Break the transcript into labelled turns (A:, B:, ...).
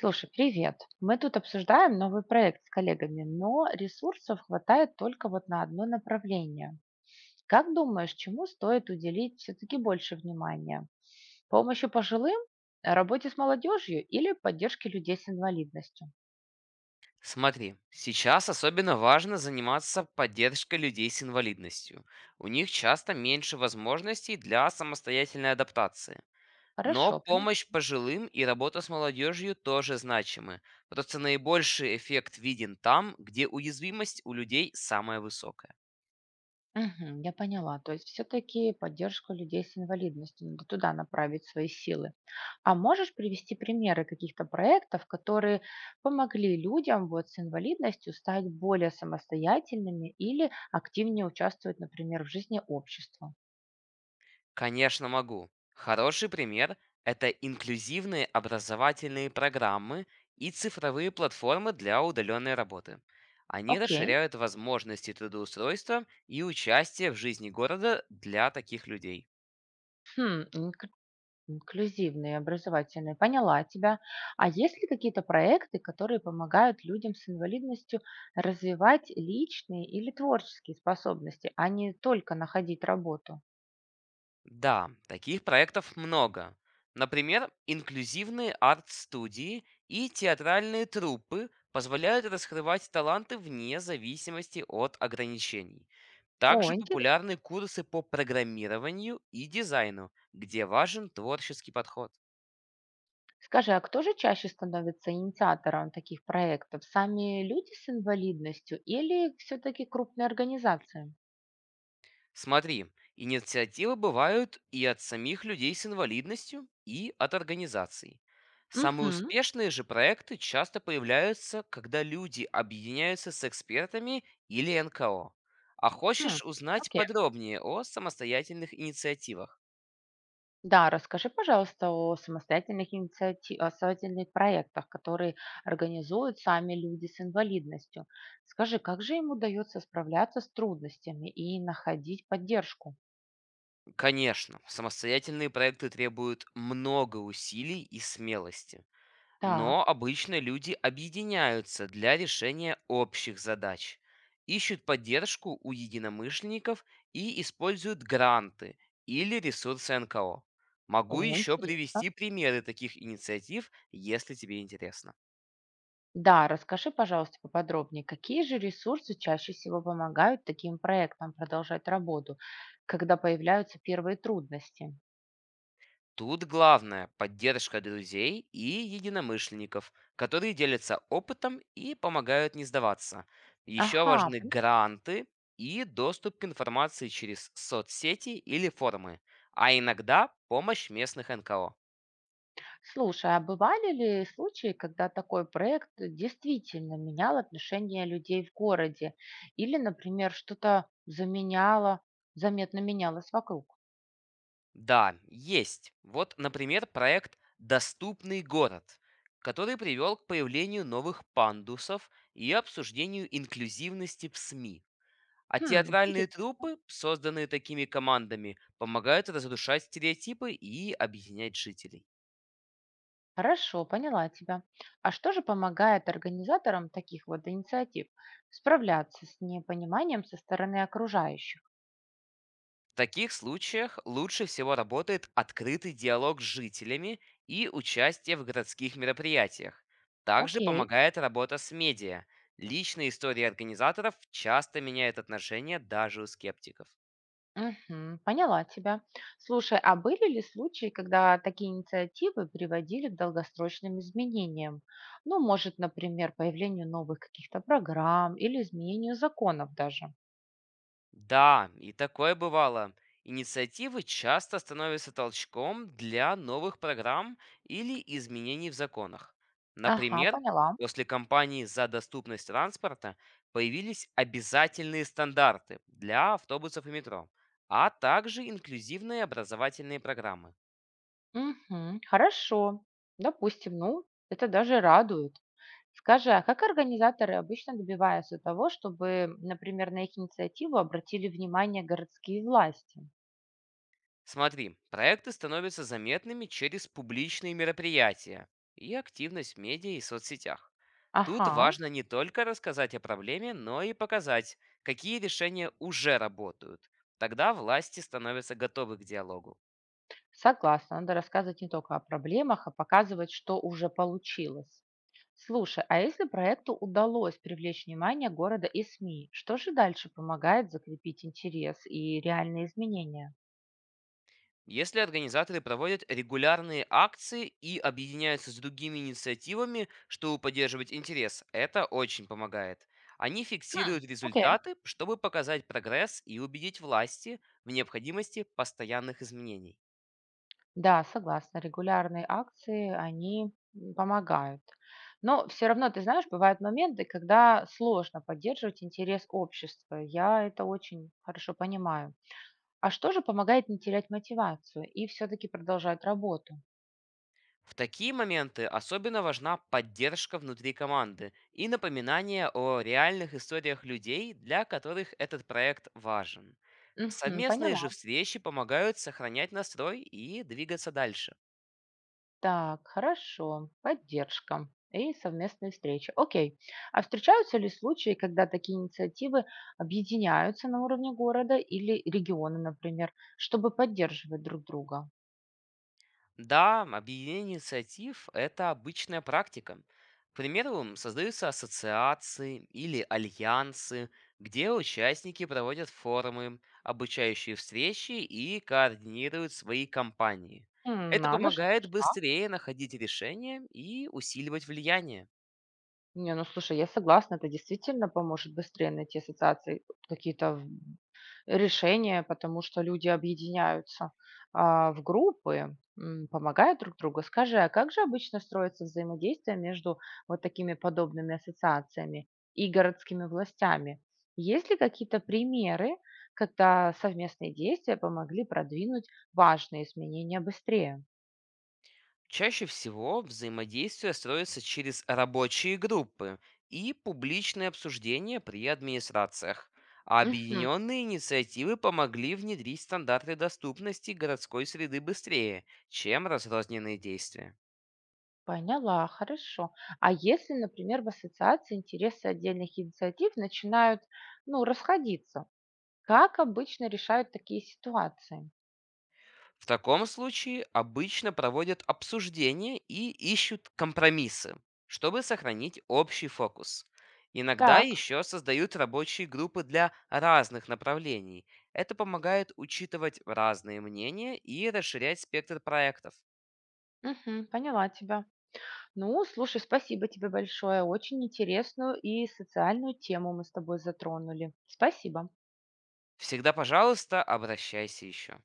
A: Слушай, привет. Мы тут обсуждаем новый проект с коллегами, но ресурсов хватает только вот на одно направление. Как думаешь, чему стоит уделить все-таки больше внимания? Помощи пожилым, работе с молодежью или поддержке людей с инвалидностью?
B: Смотри, сейчас особенно важно заниматься поддержкой людей с инвалидностью. У них часто меньше возможностей для самостоятельной адаптации. Но
A: Хорошо.
B: помощь пожилым и работа с молодежью тоже значимы. Просто наибольший эффект виден там, где уязвимость у людей самая высокая.
A: Мгм. Я поняла. То есть все-таки поддержку людей с инвалидностью, надо туда направить свои силы. А можешь привести примеры каких-то проектов, которые помогли людям вот с инвалидностью стать более самостоятельными или активнее участвовать, например, в жизни общества?
B: Конечно, могу. Хороший пример– это инклюзивные образовательные программы и цифровые платформы для удаленной работы. Они
A: Окей.
B: расширяют возможности трудоустройства и участия в жизни города для таких людей.
A: Хм, инклюзивные, образовательные. Поняла тебя. А есть ли какие-то проекты, которые помогают людям с инвалидностью развивать личные или творческие способности, а не только находить работу?
B: Да, таких проектов много. Например, инклюзивные арт-студии и театральные труппы позволяют раскрывать таланты вне зависимости от ограничений.
A: О,
B: Также
A: интересно.
B: популярны курсы по программированию и дизайну, где важен творческий подход.
A: Скажи, а кто же чаще становится инициатором таких проектов? Сами люди с инвалидностью или все-таки крупные организации?
B: Смотри, инициативы бывают и от самих людей с инвалидностью, и от организаций. Самые
A: Угу.
B: успешные же проекты часто появляются, когда люди объединяются с экспертами или НКО. А хочешь узнать
A: Окей.
B: подробнее о самостоятельных инициативах?
A: Да, расскажи, пожалуйста, о самостоятельных о самостоятельных проектах, которые организуют сами люди с инвалидностью. Скажи, как же им удается справляться с трудностями и находить поддержку?
B: Конечно, самостоятельные проекты требуют много усилий и смелости. Но
A: Так,
B: обычно люди объединяются для решения общих задач, ищут поддержку у единомышленников и используют гранты или ресурсы НКО. Могу
A: о,
B: еще
A: интересно.
B: привести примеры таких инициатив, если тебе интересно.
A: Да, расскажи, пожалуйста, поподробнее, какие же ресурсы чаще всего помогают таким проектам продолжать работу, когда появляются первые трудности?
B: Тут главное– поддержка друзей и единомышленников, которые делятся опытом и помогают не сдаваться. Еще
A: Ага.
B: важны гранты и доступ к информации через соцсети или форумы, а иногда помощь местных НКО.
A: Слушай, а бывали ли случаи, когда такой проект действительно менял отношение людей в городе? Или, например, заметно менялось вокруг?
B: Да, есть. Вот, например, проект «Доступный город», который привел к появлению новых пандусов и обсуждению инклюзивности в СМИ. А
A: Хм,
B: театральные
A: интересно.
B: труппы, созданные такими командами, помогают разрушать стереотипы и объединять жителей.
A: Хорошо, поняла тебя. А что же помогает организаторам таких вот инициатив справляться с непониманием со стороны окружающих?
B: В таких случаях лучше всего работает открытый диалог с жителями и участие в городских мероприятиях. Также
A: Окей.
B: помогает работа с медиа. Личные истории организаторов часто меняют отношения даже у скептиков.
A: Мгм. Поняла тебя. Слушай, а были ли случаи, когда такие инициативы приводили к долгосрочным изменениям? Ну, может, например, появлению новых каких-то программ или изменению законов даже.
B: Да, и такое бывало. Инициативы часто становятся толчком для новых программ или изменений в законах.
A: Ага,
B: Например,
A: поняла.
B: после кампании за доступность транспорта появились обязательные стандарты для автобусов и метро, а также инклюзивные образовательные программы.
A: Мгм. Хорошо. Допустим, ну, это даже радует. Скажи, а как организаторы обычно добиваются того, чтобы, например, на их инициативу обратили внимание городские власти?
B: Смотри, проекты становятся заметными через публичные мероприятия и активность в медиа и соцсетях. Тут
A: Ага.
B: важно не только рассказать о проблеме, но и показать, какие решения уже работают. Тогда власти становятся готовы к диалогу.
A: Согласна, надо рассказывать не только о проблемах, а показывать, что уже получилось. Слушай, а если проекту удалось привлечь внимание города и СМИ, что же дальше помогает закрепить интерес и реальные изменения?
B: Если организаторы проводят регулярные акции и объединяются с другими инициативами, чтобы поддерживать интерес, это очень помогает. Они фиксируют
A: Окей.
B: результаты, чтобы показать прогресс и убедить власти в необходимости постоянных изменений.
A: Да, согласна, регулярные акции, они помогают. Но все равно, ты знаешь, бывают моменты, когда сложно поддерживать интерес общества. Я это очень хорошо понимаю. А что же помогает не терять мотивацию и все-таки продолжать работу?
B: В такие моменты особенно важна поддержка внутри команды и напоминание о реальных историях людей, для которых этот проект важен.
A: Мгм.
B: Совместные
A: Поняла.
B: же встречи помогают сохранять настрой и двигаться дальше.
A: Так, хорошо. Поддержка и совместные встречи. Окей. А встречаются ли случаи, когда такие инициативы объединяются на уровне города или региона, например, чтобы поддерживать друг друга?
B: Да, объединение инициатив– это обычная практика. К примеру, создаются ассоциации или альянсы, где участники проводят форумы, обучающие встречи и координируют свои кампании.
A: М,
B: Это
A: надо же.
B: помогает быстрее находить решения и усиливать влияние.
A: Не, ну слушай, я согласна, это действительно поможет быстрее найти ассоциации какие-то решения, потому что люди объединяются в группы, помогают друг другу. Скажи, а как же обычно строится взаимодействие между вот такими подобными ассоциациями и городскими властями? Есть ли какие-то примеры, когда совместные действия помогли продвинуть важные изменения быстрее?
B: Чаще всего взаимодействие строится через рабочие группы и публичные обсуждения при администрациях. А
A: Мгм.
B: объединенные инициативы помогли внедрить стандарты доступности городской среды быстрее, чем разрозненные действия.
A: Поняла, хорошо. А если, например, в ассоциации интересы отдельных инициатив начинают, ну, расходиться, как обычно решают такие ситуации?
B: В таком случае обычно проводят обсуждения и ищут компромиссы, чтобы сохранить общий фокус. Иногда
A: Так.
B: еще создают рабочие группы для разных направлений. Это помогает учитывать разные мнения и расширять спектр проектов.
A: Мгм, поняла тебя. Ну, слушай, спасибо тебе большое. Очень интересную и социальную тему мы с тобой затронули. Спасибо.
B: Всегда, пожалуйста, обращайся еще.